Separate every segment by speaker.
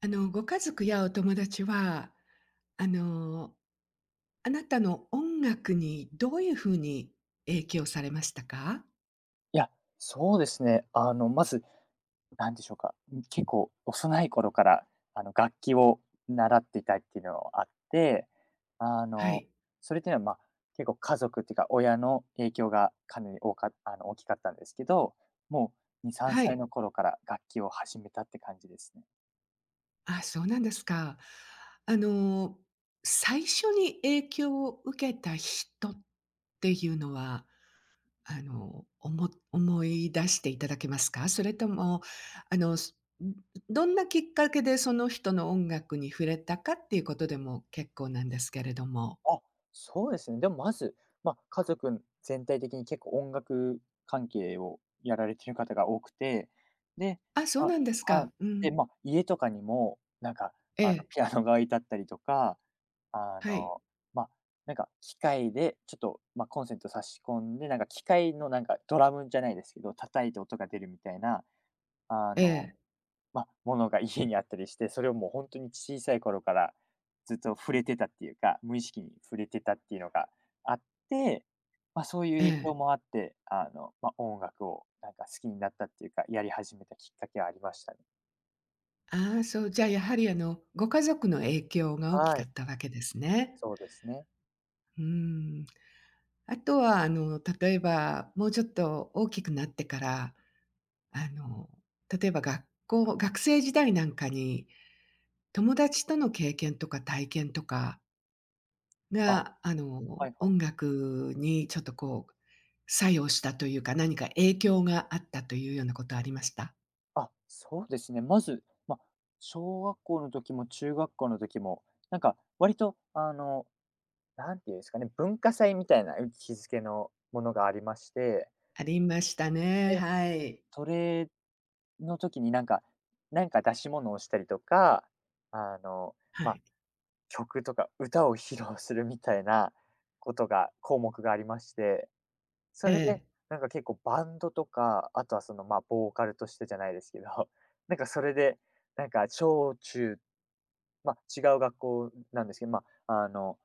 Speaker 1: ご家族やお友達は、あの、あなたの音楽にどういうふうに影響されましたか？
Speaker 2: いや、そうですね。まず、なんでしょうか、結構幼い頃から、楽器を習っていたっていうのがあって、あ
Speaker 1: は
Speaker 2: の、
Speaker 1: い。
Speaker 2: それっていうのは、まあ、結構家族っていうか、親の影響がかなり多かあの、大きかったんですけど、もう2、3
Speaker 1: は
Speaker 2: 歳
Speaker 1: い。
Speaker 2: の頃から楽器を始めたって感じですね。
Speaker 1: あ、そうなんですか。あの、最初に影響を受けた人っていうのは、思い出していただけますか？それとも、あの、すどんなきっかけでその人の音楽に触れたかっていうことでも結構なんですけれども。
Speaker 2: あ、そうですね。でもまず、まあ、家族全体的に結構音楽関係をやられてる方が多くて、で、
Speaker 1: あ、そう
Speaker 2: あ
Speaker 1: なんです
Speaker 2: はい。
Speaker 1: か。う
Speaker 2: で、
Speaker 1: ん。
Speaker 2: まあ、家とかにも、なんか、
Speaker 1: ええ、
Speaker 2: ピアノが置いてあったりとか、あ
Speaker 1: はい。
Speaker 2: の、まあ、なんか機械でちょっと、まあ、コンセント差し込んで、なんか機械のなんかドラムじゃないですけど、叩いて音が出るみたいな、あ
Speaker 1: え
Speaker 2: の
Speaker 1: え、
Speaker 2: まあ、ものが家にあったりして、それをもう本当に小さい頃からずっと触れてたっていうか、無意識に触れてたっていうのがあって、まあ、そういう
Speaker 1: え
Speaker 2: 影
Speaker 1: え。
Speaker 2: 響もあって、あの、まあ、音楽をなんか好きになったっていうか、やり始めたきっかけはありましたね。
Speaker 1: ああ、そう、じゃあ、やはり、ご家族の影響が大き
Speaker 2: は
Speaker 1: か
Speaker 2: い、
Speaker 1: ったわけですね。
Speaker 2: そうですね。
Speaker 1: うーん。あとは、例えば、もうちょっと大きくなってから、あの、例えば学生時代なんかに、友達との経験とか体験とか
Speaker 2: あ、は
Speaker 1: が、
Speaker 2: いはい。
Speaker 1: 音楽にちょっとこう、作用したというか、何か影響があったというようなことありました？
Speaker 2: あ、そうですね。まず、まあ、小学校の時も中学校の時も、なんか割とあの、何て言うんですかね、文化祭みたいな位置づけのものがありまして、
Speaker 1: ありましたね。
Speaker 2: で、
Speaker 1: はい。
Speaker 2: それの時になんか、なんか出し物をしたりとか、あの、
Speaker 1: は
Speaker 2: まあ、
Speaker 1: い。
Speaker 2: 曲とか歌を披露するみたいなことが項目がありまして、そ
Speaker 1: え
Speaker 2: れで、
Speaker 1: え。
Speaker 2: なんか結構バンドとか、あとはその、まあ、ボーカルとしてじゃないですけど、なんかそれで、なんか小中、まあ、違う学校なんですけど、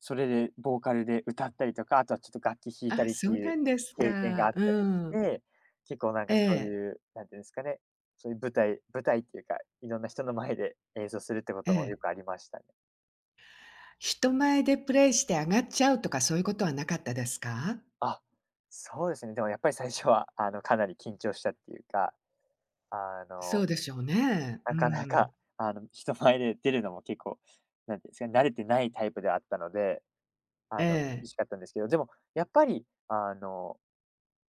Speaker 2: それでボーカルで歌ったりとか、あとはちょっと楽器弾いた
Speaker 1: あ、
Speaker 2: りって
Speaker 1: そう
Speaker 2: い
Speaker 1: な
Speaker 2: う
Speaker 1: んです
Speaker 2: 経験があ
Speaker 1: か。
Speaker 2: った
Speaker 1: うん。
Speaker 2: りして、結構なん
Speaker 1: え
Speaker 2: かそう
Speaker 1: え、
Speaker 2: いう、なんていうんですかね、そういう舞台っていうか、いろんな人の前で演奏するってこ
Speaker 1: え
Speaker 2: ともよ
Speaker 1: え。
Speaker 2: くありましたね。
Speaker 1: 人前でプレイして上がっちゃうとか、そういうことはなかったですか？
Speaker 2: あ、そうですね。でもやっぱり最初はかなり緊張したっていうか、あ
Speaker 1: そ
Speaker 2: の、
Speaker 1: うでしょうね。う
Speaker 2: なかなか
Speaker 1: ん。
Speaker 2: あの、人前で出るのも結構、なんていうんですかね、慣れてないタイプではあったので、あ
Speaker 1: え
Speaker 2: の、厳
Speaker 1: え。
Speaker 2: しかったんですけど、でもやっぱりあの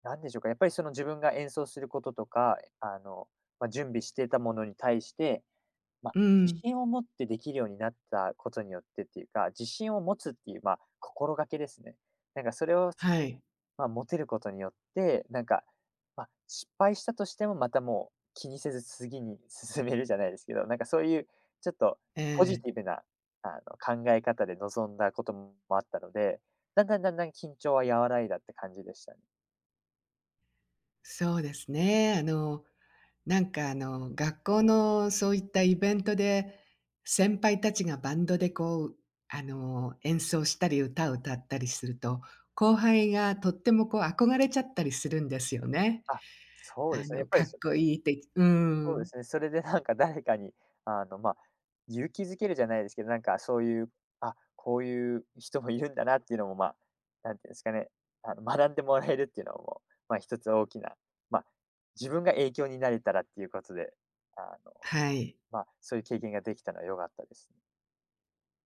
Speaker 2: なんでしょうか、やっぱりその自分が演奏することとか、あの、まあ、準備してたものに対して、まあ、
Speaker 1: う
Speaker 2: 自
Speaker 1: ん。
Speaker 2: 信を持ってできるようになったことによってっていうか、自信を持つっていう、まあ、心がけですね。なんかそれを、
Speaker 1: はい。
Speaker 2: まあ、持てることによって、なんか、まあ、失敗したとしてもまたもう気にせず次に 進めるじゃないですけど、なんかそういうちょっと
Speaker 1: え
Speaker 2: ポジ
Speaker 1: え。
Speaker 2: ティブな、考え方で臨んだこともあったので、だんだん緊張は和らいだって感じでしたね。
Speaker 1: そうですね。なんか学校のそういったイベントで、先輩たちがバンドでこう、演奏したり歌を歌ったりすると、後輩がとってもこう憧れちゃったりするんですよね。
Speaker 2: あ、そうですね。やっぱ
Speaker 1: か
Speaker 2: り、
Speaker 1: っ
Speaker 2: そ
Speaker 1: こいいって。うー
Speaker 2: そうで
Speaker 1: ん。
Speaker 2: すね。それでなんか誰かに、あの、まあ、勇気づけるじゃないですけど、なんかそういう、あ、こういう人もいるんだなっていうのも、まあ、なんていうんですかね、あの、学んでもらえるっていうのも、まあ、一つ大きな、まあ、自分が影響になれたらっていうことで、あの、
Speaker 1: はい。
Speaker 2: まあ、そういう経験ができたのは良かったですね。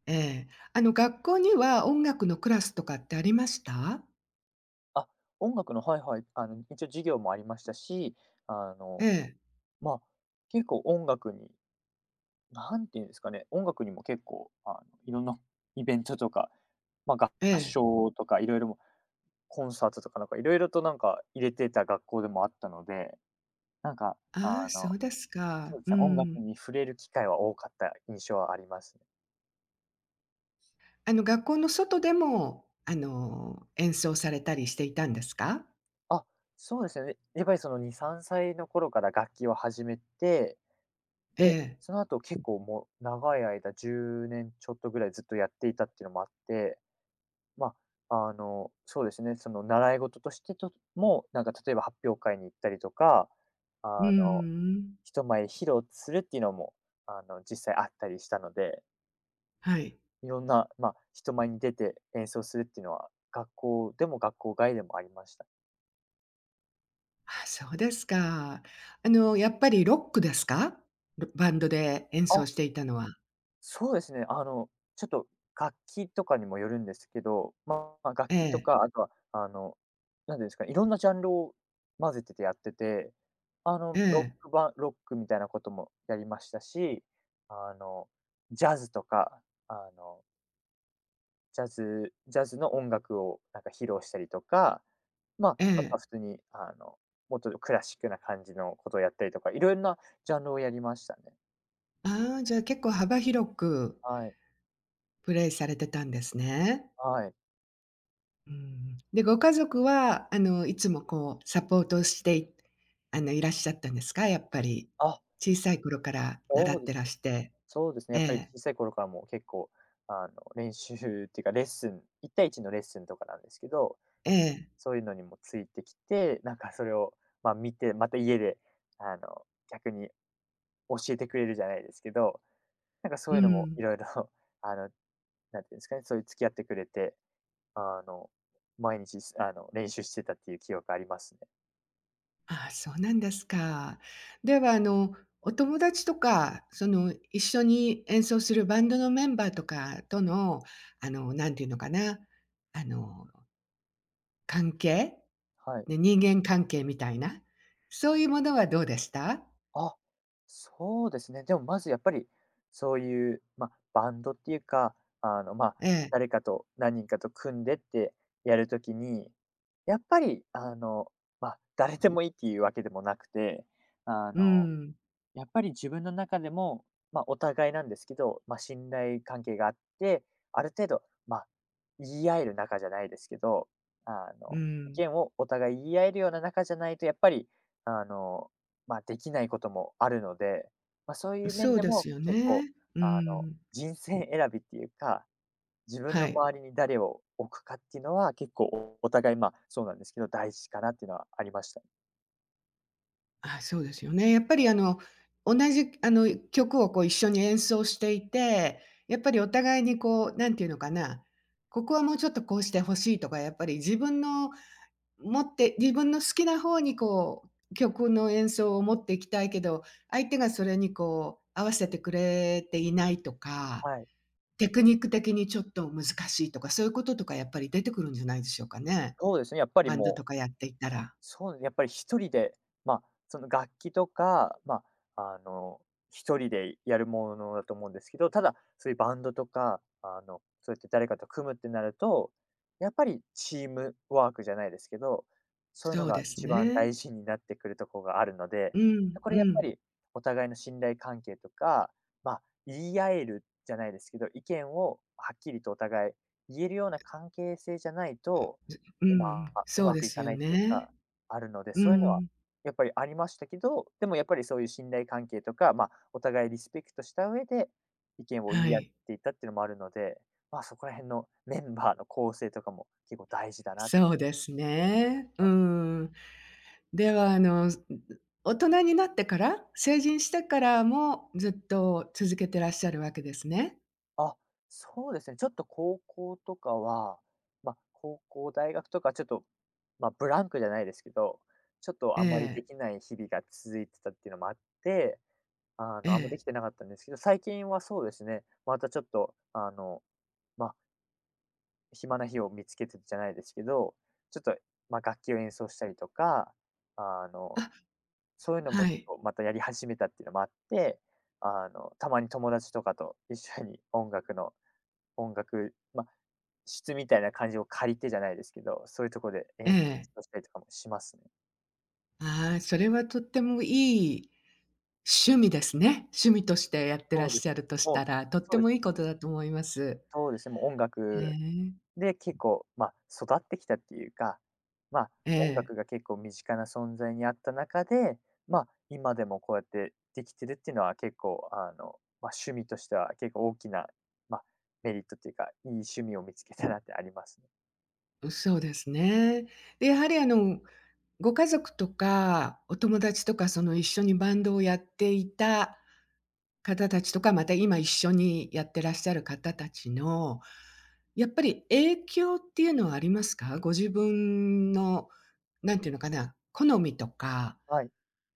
Speaker 1: ええ。学校には音楽のクラスとかってありました？
Speaker 2: あ、音楽のはいはい、あの、一応授業もありましたし、あ
Speaker 1: え
Speaker 2: の、
Speaker 1: え、
Speaker 2: まあ、結構音楽になんていうんですかね、音楽にも結構、あの、いろんなイベントとか、
Speaker 1: え
Speaker 2: 合
Speaker 1: え。
Speaker 2: 唱とかいろいろもコンサートとかなんかいろいろとなんか入れてた学校でもあったので、なんか、あ
Speaker 1: ああ、そ
Speaker 2: の、
Speaker 1: うです
Speaker 2: そ
Speaker 1: か。
Speaker 2: うで
Speaker 1: う
Speaker 2: すね、音楽
Speaker 1: ん。
Speaker 2: に触れる機会は多かった印象はありますね。
Speaker 1: 学校の外でも、演奏されたりしていたんですか？
Speaker 2: あ、そうですね。やっぱりその2、3歳の頃から楽器を始めて、
Speaker 1: え
Speaker 2: で、
Speaker 1: え。
Speaker 2: その後結構もう長い間10年ちょっとぐらいずっとやっていたっていうのもあって、まあ、あの、そうですね、その習い事としてとも、なんか例えば発表会に行ったりとか、あ
Speaker 1: うー
Speaker 2: の、
Speaker 1: ん、
Speaker 2: 人前披露するっていうのも、あの、実際あったりしたので、
Speaker 1: はい。
Speaker 2: いろんな、まあ、人前に出て演奏するっていうのは、学校でも学校外でもありました。
Speaker 1: あ、そうですか。やっぱりロックですか？バンドで演奏
Speaker 2: あ、
Speaker 1: していたのは。
Speaker 2: そうですね、あの、ちょっと楽器とかにもよるんですけど、まあ、楽
Speaker 1: え
Speaker 2: 器と
Speaker 1: え、
Speaker 2: か、あとは、あの、なんていうんですか、いろんなジャンルを混ぜててやってて、あ
Speaker 1: え
Speaker 2: の、
Speaker 1: え、
Speaker 2: ロックみたいなこともやりましたし、あの、ジャズとか、ジャズの音楽をなんか披露したりとか、ま
Speaker 1: え
Speaker 2: あ、あとは
Speaker 1: え。
Speaker 2: 普通に、あの、もっとクラシックな感じのことをやったりとか、いろんなジャンルをやりましたね。
Speaker 1: ああ、じゃあ結構幅広く
Speaker 2: はい、
Speaker 1: プレイされてたんですね。
Speaker 2: はい。
Speaker 1: うん。で、ご家族は、いつもこうサポートしていあの、いらっしゃったんですか？やっぱり。
Speaker 2: あ、
Speaker 1: 小さい頃から習
Speaker 2: そう
Speaker 1: っ
Speaker 2: で
Speaker 1: て
Speaker 2: す
Speaker 1: らして。
Speaker 2: そうですね、や
Speaker 1: え
Speaker 2: っぱり
Speaker 1: え、
Speaker 2: 小さい頃からもう結構、あの、練習っていうかレッスン、1対1のレッスンとかなんですけど、
Speaker 1: ええ、
Speaker 2: そういうのにもついてきて、なんかそれを、ま、見て、また家で、あの、逆に教えてくれるじゃないですけど、なんかそ
Speaker 1: う
Speaker 2: ういうのもい
Speaker 1: ん。
Speaker 2: ろいろ あの、なんていうんですかね、そういう付き合ってくれて、あの、毎日すあの、練習してたっていう記憶ありますね。
Speaker 1: ああ、そうなんですか。では、お友達とか、その、一緒に演奏するバンドのメンバーとかとの、なんていうのかな、あの、関係、
Speaker 2: はい。
Speaker 1: ね、人間関係みたいな、そういうものはどうでした。
Speaker 2: あ、そうですね。でもまずやっぱり、そういう、まあ、バンドっていうか、あの、まあ、
Speaker 1: ええ。
Speaker 2: 誰かと何人かと組んでってやるときに、やっぱり、あの、まあ、誰でもいいっていうわけでもなくて、あ
Speaker 1: う
Speaker 2: の
Speaker 1: ん、
Speaker 2: やっぱり自分の中でも、まあ、お互いなんですけど、まあ、信頼関係があって、ある程度、まあ、言い合える仲じゃないですけど、あ
Speaker 1: う
Speaker 2: の、意
Speaker 1: ん。
Speaker 2: 見をお互い言い合えるような仲じゃないとやっぱり、あの、まあ、できないこともあるので、まあ、そういう
Speaker 1: そ
Speaker 2: 面
Speaker 1: う
Speaker 2: で
Speaker 1: です
Speaker 2: も
Speaker 1: よ
Speaker 2: 結構、
Speaker 1: ね。う
Speaker 2: あの、
Speaker 1: ん。
Speaker 2: 人選びっていうか、自分
Speaker 1: は
Speaker 2: の
Speaker 1: い。
Speaker 2: 周りに誰を置くかっていうのは結構お互い、まあ、そうなんですけど、大事かなっていうのはありました。
Speaker 1: あ、そうですよね。やっぱり同じ曲をこう一緒に演奏していて、やっぱりお互いにこう、なんていうのかな、ここはもうちょっとこうして欲しいとか、やっぱり自分の好きな方にこう、曲の演奏を持っていきたいけど、相手がそれにこう合わせてくれていないとか、
Speaker 2: はい。
Speaker 1: テクニック的にちょっと難しいとか、そういうこととかやっぱり出てくるんじゃないでしょうかね。
Speaker 2: そうですね、やっぱり
Speaker 1: バンドと
Speaker 2: もう
Speaker 1: かやっていたら。
Speaker 2: そう、やっぱり一人で、まあ、その楽器とか、まあ、一人でやるものだと思うんですけど、ただ、そういうバンドとか、そうやって誰かと組むってなると、やっぱりチームワークじゃないですけど、そういう
Speaker 1: そ
Speaker 2: の
Speaker 1: う
Speaker 2: が
Speaker 1: です
Speaker 2: 一番
Speaker 1: ね。
Speaker 2: 大事になってくるところがあるので、
Speaker 1: うん、
Speaker 2: これ
Speaker 1: う
Speaker 2: やっぱ
Speaker 1: ん。
Speaker 2: りお互いの信頼関係とか、まあ、言い合えるじゃないですけど、意見をはっきりとお互い言えるような関係性じゃないと、
Speaker 1: うん、
Speaker 2: う
Speaker 1: そう
Speaker 2: ま
Speaker 1: で
Speaker 2: くい
Speaker 1: す
Speaker 2: か
Speaker 1: よ
Speaker 2: ないっていう
Speaker 1: ね。
Speaker 2: かあるので、
Speaker 1: う
Speaker 2: そういうのは
Speaker 1: ん、
Speaker 2: やっぱりありましたけど、でもやっぱりそういう信頼関係とか、まあ、お互いリスペクトした上で、意見を言
Speaker 1: は
Speaker 2: い合っ
Speaker 1: い。
Speaker 2: ていたっていうのもあるので、まあ、そこら辺のメンバーの構成とかも結構大事だなって思
Speaker 1: そうですね。
Speaker 2: い
Speaker 1: う
Speaker 2: ました。
Speaker 1: ん。では、大人になってから、成人してからもずっと続けてらっしゃるわけですね。
Speaker 2: あ、そうですね、ちょっと高校とかは、まあ、高校、大学とかちょっと、まあ、ブランクじゃないですけど、ちょっと
Speaker 1: え
Speaker 2: あんまりでき
Speaker 1: え、
Speaker 2: ない日々が続いてたっていうのもあって、
Speaker 1: え
Speaker 2: あんまで
Speaker 1: え。
Speaker 2: きてなかったんですけど、最近はそうですね、またちょっと、まあ、暇な日を見つけてじゃないですけど、ちょっと、まあ、楽器を演奏したりとか、あの、
Speaker 1: あ、
Speaker 2: そういうのも
Speaker 1: は
Speaker 2: ちょ
Speaker 1: い。
Speaker 2: っとまたやり始めたっていうのもあって、あの、たまに友達とかと一緒に音楽のまあ、室みたいな感じを借りてじゃないですけど、そういうとこで
Speaker 1: え
Speaker 2: 演
Speaker 1: え。
Speaker 2: 奏したりとかもしますね。
Speaker 1: ああ、それはとってもいい趣味ですね。趣味としてやってらっ
Speaker 2: そうです。
Speaker 1: しゃるとし
Speaker 2: もう、
Speaker 1: たら、とっ
Speaker 2: そ
Speaker 1: て
Speaker 2: うで
Speaker 1: もい
Speaker 2: す
Speaker 1: いことだと思います。
Speaker 2: そうですね、もう音
Speaker 1: え
Speaker 2: 楽
Speaker 1: え。
Speaker 2: で、結構、まあ、育ってきたっていうか、まあ、
Speaker 1: え
Speaker 2: 音
Speaker 1: え。
Speaker 2: 楽が結構身近な存在にあった中で、まあ、今でもこうやってできてるっていうのは結構、あの、まあ、趣味としては結構大きな、まあ、メリットっていうか、いい趣味を見つけたなってありますね。
Speaker 1: そうですね。で、やはりご家族とか、お友達とか、その一緒にバンドをやっていた方たちとか、また今一緒にやってらっしゃる方たちの、やっぱり影響っていうのはありますか？ご自分の、なんていうのかな、好みとか、
Speaker 2: はい。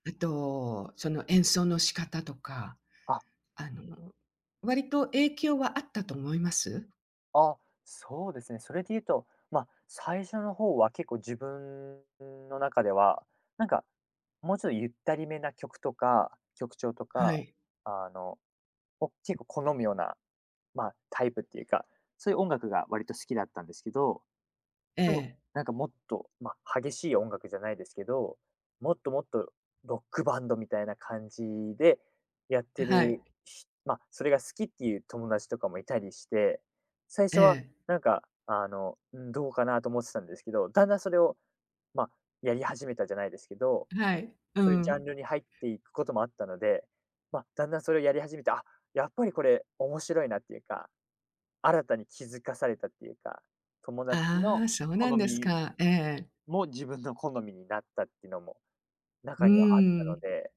Speaker 1: あと、その演奏の仕方とか、
Speaker 2: あ、
Speaker 1: あの、割と影響はあったと思います？
Speaker 2: あ、そうですね。それで言うと、まあ、最初の方は結構自分の中では、なんか、もうちょっとゆったりめな曲とか、曲調と
Speaker 1: は
Speaker 2: か、
Speaker 1: い。
Speaker 2: あの、を結構好むようなまあ、タイプっていうか、そういう音楽が割と好きだったんですけど、
Speaker 1: え
Speaker 2: でも、
Speaker 1: え。
Speaker 2: なんかもっと、まあ、激しい音楽じゃないですけど、もっともっとロックバンドみたいな感じでやって
Speaker 1: はい。
Speaker 2: る、まあ、それが好きっていう友達とかもいたりして、最初は
Speaker 1: え
Speaker 2: なんか、あの、うん、どうかなと思ってたんですけど、だんだんそれを、まあ、やり始めたじゃないですけど、
Speaker 1: え。はい。う
Speaker 2: そういうジャ
Speaker 1: ん。
Speaker 2: ンルに入っていくこともあったので、まあ、だんだんそれをやり始めて、あ、やっぱりこれ面白いなっていうか、新たに気づかされたっていうか、友達
Speaker 1: あ
Speaker 2: の
Speaker 1: あ、そうなん
Speaker 2: 好
Speaker 1: です
Speaker 2: み
Speaker 1: か。ええ。
Speaker 2: も自分の好みになったっていうのも
Speaker 1: う
Speaker 2: 中にはあった
Speaker 1: ー
Speaker 2: の
Speaker 1: ん。
Speaker 2: で、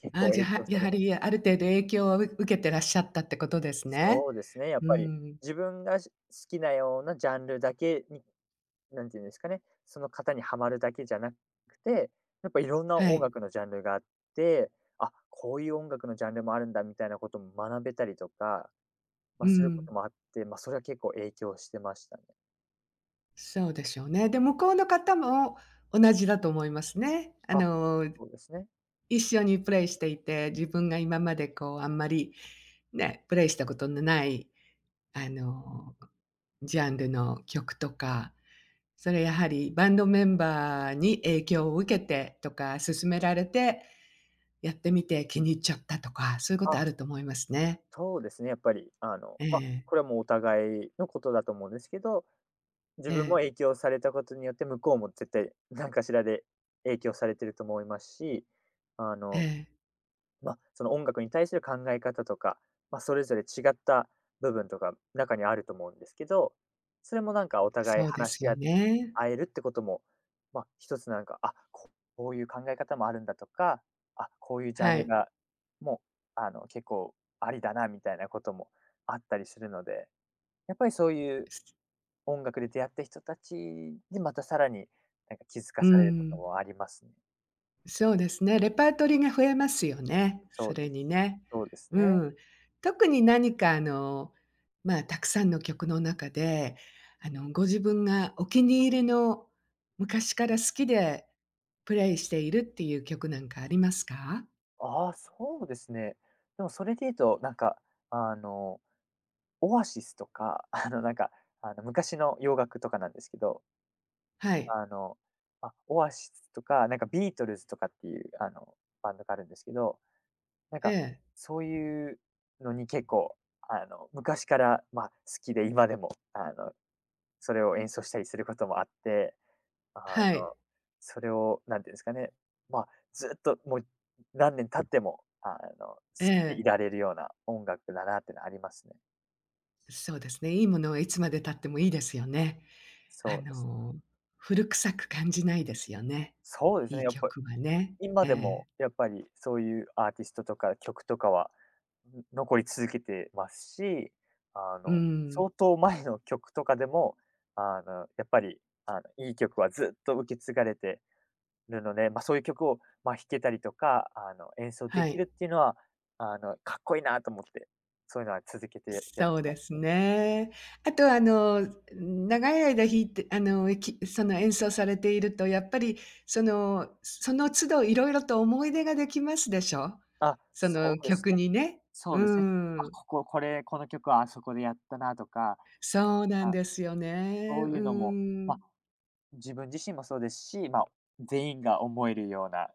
Speaker 2: 結構
Speaker 1: あ、じゃ、
Speaker 2: 影響
Speaker 1: は
Speaker 2: さ
Speaker 1: や
Speaker 2: れ
Speaker 1: は
Speaker 2: ます。
Speaker 1: り、ある程度影響を受けてらっしゃったってことですね。
Speaker 2: そうですね、やっ
Speaker 1: う
Speaker 2: ぱ
Speaker 1: ー
Speaker 2: り
Speaker 1: ん、
Speaker 2: 自分が好きなようなジャンルだけに、なんていうんですかね、その方にはまるだけじゃなくて、やっぱいろんな
Speaker 1: は
Speaker 2: 音
Speaker 1: い。
Speaker 2: 楽のジャンルがあって、あ、こういう音楽のジャンルもあるんだみたいなことも学べたりとか、
Speaker 1: う
Speaker 2: ま
Speaker 1: ー
Speaker 2: あ、するこ
Speaker 1: ん、
Speaker 2: ともあって、まあ、それは結構影響してましたね。
Speaker 1: そうでしょうね。で、向こうの方も同じだと思いますね。
Speaker 2: あ、そうですね。
Speaker 1: 一緒にプレイしていて、自分が今までこう、あんまり、ね、プレイしたことのない、あの、ジャンルの曲とか、それやはりバンドメンバーに影響を受けてとか勧められてやってみて気に入っちゃったとか、そういうことある
Speaker 2: あ
Speaker 1: と思いますね。
Speaker 2: そうですね、やっぱり、あの、
Speaker 1: え
Speaker 2: まあ、
Speaker 1: え、
Speaker 2: これはもうお互いのことだと思うんですけど、自
Speaker 1: え
Speaker 2: 分も
Speaker 1: え、
Speaker 2: 影響されたことによって、向こうも絶対何かしらで影響されてると思いますし、あ
Speaker 1: え
Speaker 2: の
Speaker 1: え、
Speaker 2: まあ、その音楽に対する考え方とか、まあ、それぞれ違った部分とか中にあると思うんですけど、それもなんかお互い
Speaker 1: そうで
Speaker 2: 話
Speaker 1: す
Speaker 2: し
Speaker 1: よ
Speaker 2: あ
Speaker 1: ね。
Speaker 2: 合えるってことも、まあ、一つなんか、あ、こういう考え方もあるんだとか、あ、こういうジャン
Speaker 1: は
Speaker 2: ル
Speaker 1: い。
Speaker 2: が、もう、あの、結構ありだなみたいなこともあったりするので、やっぱりそういう
Speaker 1: す
Speaker 2: 音楽で出会った人たちでまたさらになんか気づか
Speaker 1: う
Speaker 2: されること
Speaker 1: ん、
Speaker 2: もありますね。
Speaker 1: そうですね、レパートリーが増えますよね、
Speaker 2: そ
Speaker 1: そ
Speaker 2: うで
Speaker 1: れに
Speaker 2: す。
Speaker 1: ね。
Speaker 2: そうです
Speaker 1: う
Speaker 2: ね。
Speaker 1: ん。特に何かまあ、たくさんの曲の中で、ご自分がお気に入りの昔から好きでプレイしているっていう曲なんかありますか？
Speaker 2: ああ、そうですね。でもそれで言うと、なんか、あの、オアシスとか、あの、なんか、あの、昔の洋楽とかなんですけど、
Speaker 1: はい。
Speaker 2: あの、オアシスとか、なんかビートルズとかっていう、あの、バンドがあるんですけど、なん
Speaker 1: え
Speaker 2: か、
Speaker 1: え、
Speaker 2: そういうのに結構、あの、昔から、まあ、好きで今でも、あの、それを演奏したりすることもあって、あの、
Speaker 1: はい。
Speaker 2: それを何て言うんですかね、まあ、ずっともう何年経っても、あの、好
Speaker 1: え
Speaker 2: きでい
Speaker 1: え。
Speaker 2: られるような音楽だなってのありますね。
Speaker 1: そうですね。いいものはいつまで経ってもいいですよね。あ
Speaker 2: そうです。
Speaker 1: の、古臭く感じないですよね。
Speaker 2: そうです
Speaker 1: い
Speaker 2: ね、
Speaker 1: い
Speaker 2: やっぱ
Speaker 1: 曲はね。
Speaker 2: 今
Speaker 1: え
Speaker 2: でも
Speaker 1: え。
Speaker 2: やっぱりそういうアーティストとか曲とかは、ん、残り続けてますし、あ
Speaker 1: う
Speaker 2: の、
Speaker 1: ん。
Speaker 2: 相当前の曲とかでも、あの、やっぱり、あの、いい曲はずっと受け継がれてるので、まあ、そういう曲を、まあ、弾けたりとか、あの、演奏で
Speaker 1: は
Speaker 2: き
Speaker 1: い。
Speaker 2: るっていうのは、あの、かっこいいなと思って、そういうのは続けてやっ
Speaker 1: そう
Speaker 2: てま
Speaker 1: で
Speaker 2: す
Speaker 1: す
Speaker 2: ね。
Speaker 1: ね。あと長い間弾いて、その演奏されているとやっぱりその都度いろいろと思い出ができますでしょ？
Speaker 2: あ、
Speaker 1: そ
Speaker 2: そ
Speaker 1: の
Speaker 2: うです
Speaker 1: 曲
Speaker 2: ね。
Speaker 1: にね。
Speaker 2: そ
Speaker 1: う
Speaker 2: うですね。あ、
Speaker 1: ん。
Speaker 2: この曲はあそこでやったなとか、
Speaker 1: そうなん
Speaker 2: あ、
Speaker 1: ですよね。
Speaker 2: そう
Speaker 1: う
Speaker 2: いうのも、まあ、
Speaker 1: ん。
Speaker 2: 自分自身もそうですし、まあ、全員が思えるような、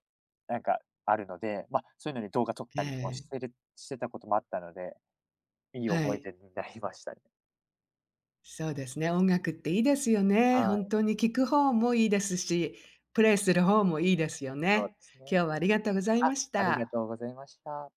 Speaker 2: なんかあるので、まあ、そういうのに動画撮っ
Speaker 1: え
Speaker 2: たりもし
Speaker 1: え、
Speaker 2: てるしてたこともあったので、いい
Speaker 1: は
Speaker 2: 思い
Speaker 1: い。
Speaker 2: 出になりましたね。
Speaker 1: そうですね、音楽っていいですよね。
Speaker 2: は
Speaker 1: 本
Speaker 2: い、
Speaker 1: 当に聴く方もいいですし、プレイする方もいいですよ
Speaker 2: そうで
Speaker 1: ね。
Speaker 2: すね。
Speaker 1: 今日はありがとうござい
Speaker 2: あ、
Speaker 1: まし
Speaker 2: ありが
Speaker 1: た。
Speaker 2: とうございました。